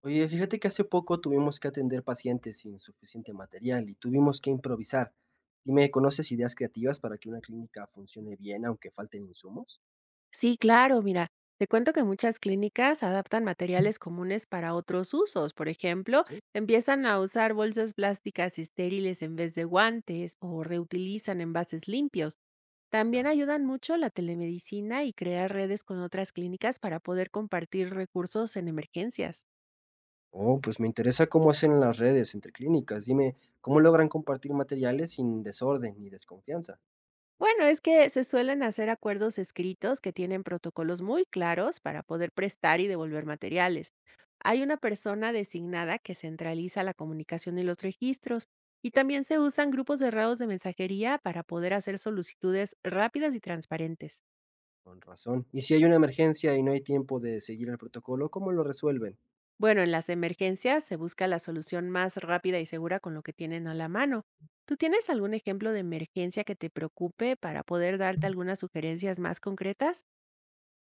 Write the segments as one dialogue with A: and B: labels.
A: Oye, fíjate que hace poco tuvimos que atender pacientes sin suficiente material y tuvimos que improvisar. Dime, ¿conoces ideas creativas para que una clínica funcione bien aunque falten insumos?
B: Sí, claro, mira, te cuento que muchas clínicas adaptan materiales comunes para otros usos. Por ejemplo,
A: Sí,
B: empiezan a usar bolsas plásticas estériles en vez de guantes o reutilizan envases limpios. También
A: ya.
B: ayudan mucho la telemedicina y crear redes con otras clínicas para poder compartir recursos en emergencias.
A: Oh, pues me interesa cómo hacen en las redes entre clínicas. Dime, ¿cómo logran compartir materiales sin desorden ni desconfianza?
B: Bueno, es que se suelen hacer acuerdos escritos que tienen protocolos muy claros para poder prestar y devolver materiales. Hay una persona designada que centraliza la comunicación y los registros, y también se usan grupos cerrados de mensajería para poder hacer solicitudes rápidas y transparentes.
A: Con razón. Y si hay una emergencia y no hay tiempo de seguir el protocolo, ¿cómo lo resuelven?
B: Bueno, en las emergencias se busca la solución más rápida y segura con lo que tienen a la mano. ¿Tú tienes algún ejemplo de emergencia que te preocupe para poder darte algunas sugerencias más concretas?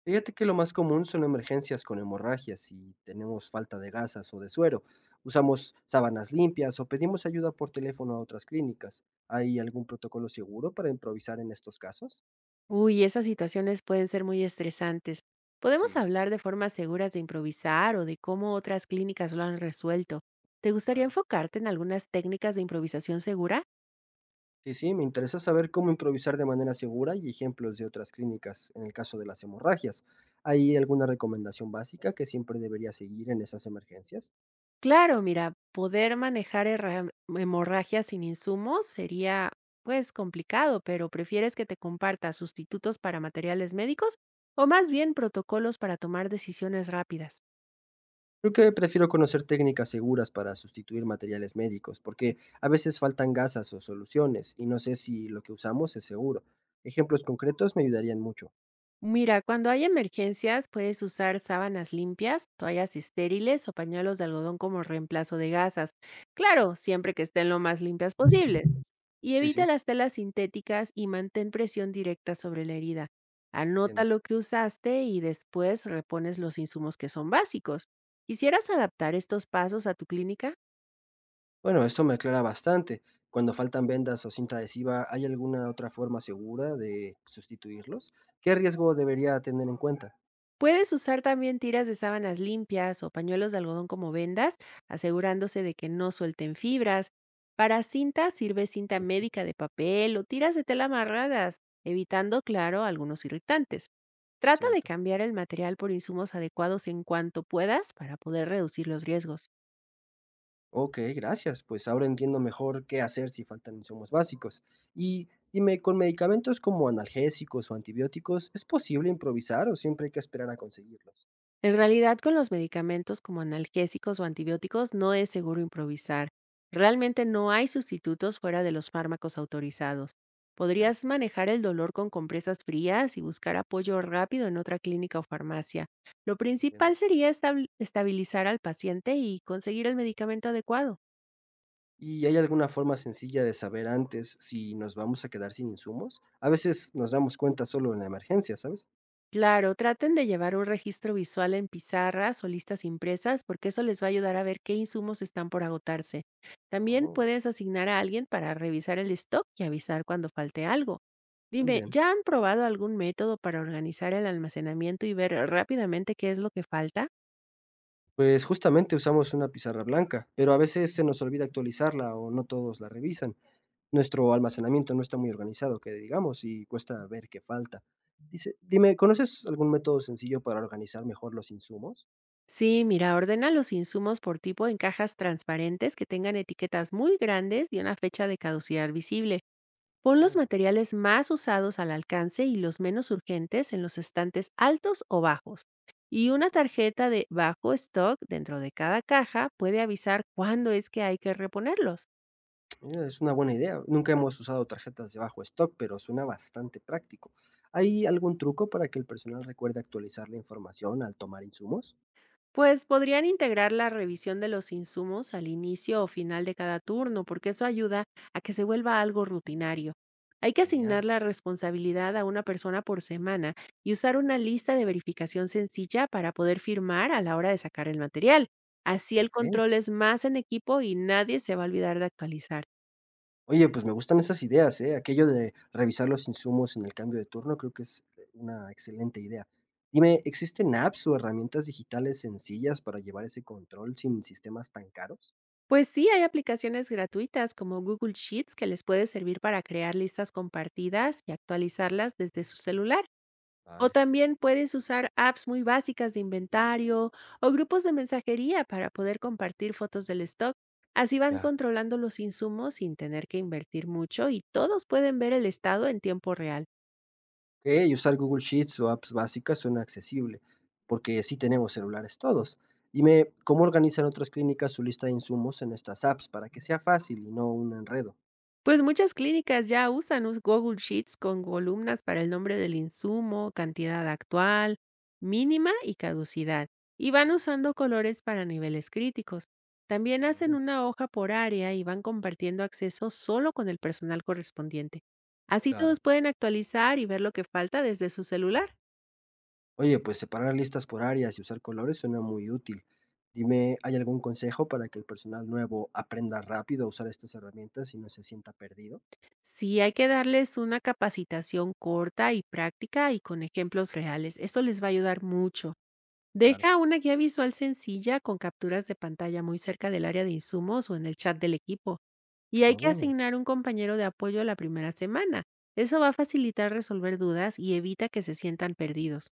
A: Fíjate que lo más común son emergencias con hemorragias y tenemos falta de gasas o de suero. Usamos sábanas limpias o pedimos ayuda por teléfono a otras clínicas. ¿Hay algún protocolo seguro para improvisar en estos casos?
B: Uy, esas situaciones pueden ser muy estresantes. Podemos
A: Sí,
B: hablar de formas seguras de improvisar o de cómo otras clínicas lo han resuelto. ¿Te gustaría
A: vale.
B: enfocarte en algunas técnicas de improvisación segura?
A: Sí, sí, me interesa saber cómo improvisar de manera segura y ejemplos de otras clínicas en el caso de las hemorragias. ¿Hay alguna recomendación básica que siempre debería seguir en esas emergencias?
B: Claro, mira, poder manejar hemorragias sin insumos sería, pues, complicado, pero ¿prefieres que te comparta sustitutos para materiales médicos o más bien protocolos para tomar decisiones rápidas?
A: Creo que prefiero conocer técnicas seguras para sustituir materiales médicos, porque a veces faltan gasas o soluciones y no sé si lo que usamos es seguro. Ejemplos concretos me ayudarían mucho.
B: Mira, cuando hay emergencias puedes usar sábanas limpias, toallas estériles o pañuelos de algodón como reemplazo de gasas. Claro, siempre que estén lo más limpias posible. Y
A: Sí, sí,
B: evita las telas sintéticas y mantén presión directa sobre la herida. Anota
A: entiendo.
B: lo que usaste y después repones los insumos que son básicos. ¿Quisieras adaptar estos pasos a tu clínica?
A: Bueno, eso me aclara bastante. Cuando faltan vendas o cinta adhesiva, ¿hay alguna otra forma segura de sustituirlos? ¿Qué riesgo debería tener en cuenta?
B: Puedes usar también tiras de sábanas limpias o pañuelos de algodón como vendas, asegurándose de que no suelten fibras. Para cinta sirve cinta
A: Mm.
B: médica de papel o tiras de tela amarradas, evitando, claro, algunos irritantes. Trata de
A: Cierto.
B: cambiar el material por insumos adecuados en cuanto puedas para poder reducir los riesgos.
A: Ok, gracias. Pues ahora entiendo mejor qué hacer si faltan insumos básicos. Y dime, ¿con medicamentos como analgésicos o antibióticos es posible improvisar o siempre hay que esperar a conseguirlos?
B: En realidad, con los medicamentos como analgésicos o antibióticos no es seguro improvisar. Realmente no hay sustitutos fuera de los fármacos autorizados.
A: Ya,
B: Podrías manejar el dolor con compresas frías y buscar apoyo rápido en otra clínica o farmacia. Lo principal
A: entiendo.
B: sería estabilizar al paciente y conseguir el medicamento adecuado.
A: ¿Y hay alguna forma sencilla de saber antes si nos vamos a quedar sin insumos? A veces nos damos cuenta solo en la emergencia, ¿sabes?
B: Claro, traten de llevar un registro visual en pizarras o listas impresas porque eso les va a ayudar a ver qué insumos están por agotarse. También
A: Oh,
B: puedes asignar a alguien para revisar el stock y avisar cuando falte algo. Dime,
A: también.
B: ¿ya han probado algún método para organizar el almacenamiento y ver rápidamente qué es lo que falta?
A: Pues justamente usamos una pizarra blanca, pero a veces se nos olvida actualizarla o no todos la revisan. Nuestro almacenamiento no está muy organizado, que digamos, y cuesta ver qué falta. Dice, dime, ¿conoces algún método sencillo para organizar mejor los insumos?
B: Sí, mira, ordena los insumos por tipo en cajas transparentes que tengan etiquetas muy grandes y una fecha de caducidad visible. Pon los
A: Oh,
B: materiales más usados al alcance y los menos urgentes en los estantes altos o bajos. Y una
A: fíjate.
B: tarjeta de bajo stock dentro de cada caja puede avisar cuándo es que hay que reponerlos.
A: Mira, es una buena idea. Nunca hemos usado tarjetas de bajo stock, pero suena bastante práctico. ¿Hay algún truco para que el personal recuerde actualizar la información al tomar insumos?
B: Pues podrían integrar la revisión de los insumos al inicio o final de cada turno, porque eso ayuda a que se vuelva algo rutinario. Hay que
A: Genial.
B: asignar la responsabilidad a una persona por semana y usar una lista de verificación sencilla para poder firmar a la hora de sacar el material. Así el
A: Ok.
B: control es más en equipo y nadie se va a olvidar de actualizar.
A: Oye, pues me gustan esas ideas, ¿eh? Aquello de revisar los insumos en el cambio de turno creo que es una excelente idea. Dime, ¿existen apps o herramientas digitales sencillas para llevar ese control sin sistemas tan caros?
B: Pues sí, hay aplicaciones gratuitas como Google Sheets que les puede servir para crear listas compartidas y actualizarlas desde su celular. O
A: Vale,
B: también puedes usar apps muy básicas de inventario o grupos de mensajería para poder compartir fotos del stock. Así van
A: ya.
B: controlando los insumos sin tener que invertir mucho y todos pueden ver el estado en tiempo real.
A: Ok, usar Google Sheets o apps básicas suena accesible, porque sí tenemos celulares todos. Dime, ¿cómo organizan otras clínicas su lista de insumos en estas apps para que sea fácil y no un enredo?
B: Pues muchas clínicas ya usan Google Sheets con columnas para el nombre del insumo, cantidad actual, mínima y caducidad, y van usando colores para niveles críticos. También hacen
A: Ah,
B: una hoja por área y van compartiendo acceso solo con el personal correspondiente. Así todos
A: claro.
B: pueden actualizar y ver lo que falta desde su celular.
A: Oye, pues separar listas por áreas y usar colores suena muy útil. Dime, ¿hay algún consejo para que el personal nuevo aprenda rápido a usar estas herramientas y no se sienta perdido?
B: Sí, hay que darles una capacitación corta y práctica y con ejemplos reales. Eso les va a ayudar mucho.
A: Claro.
B: Deja una guía visual sencilla con capturas de pantalla muy cerca del área de insumos o en el chat del equipo. Y hay que
A: Oh.
B: asignar un compañero de apoyo la primera semana. Eso va a facilitar resolver dudas y evita que se sientan perdidos.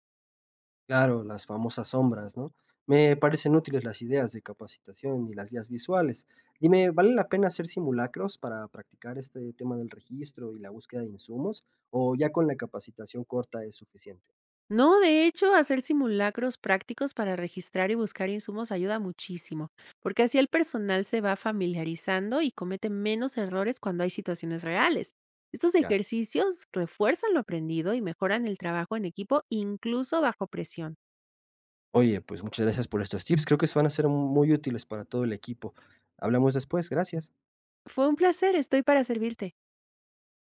A: Claro, las famosas sombras, ¿no? Me parecen útiles las ideas de capacitación y las guías visuales. Dime, ¿vale la pena hacer simulacros para practicar este tema del registro y la búsqueda de insumos? ¿O ya con la capacitación corta es suficiente?
B: No, de hecho, hacer simulacros prácticos para registrar y buscar insumos ayuda muchísimo, porque así el personal se va familiarizando y comete menos errores cuando hay situaciones reales. Estos
A: Ya.
B: ejercicios refuerzan lo aprendido y mejoran el trabajo en equipo incluso bajo presión.
A: Oye, pues muchas gracias por estos tips. Creo que se van a ser muy útiles para todo el equipo. Hablamos después, gracias.
B: Fue un placer, estoy para servirte.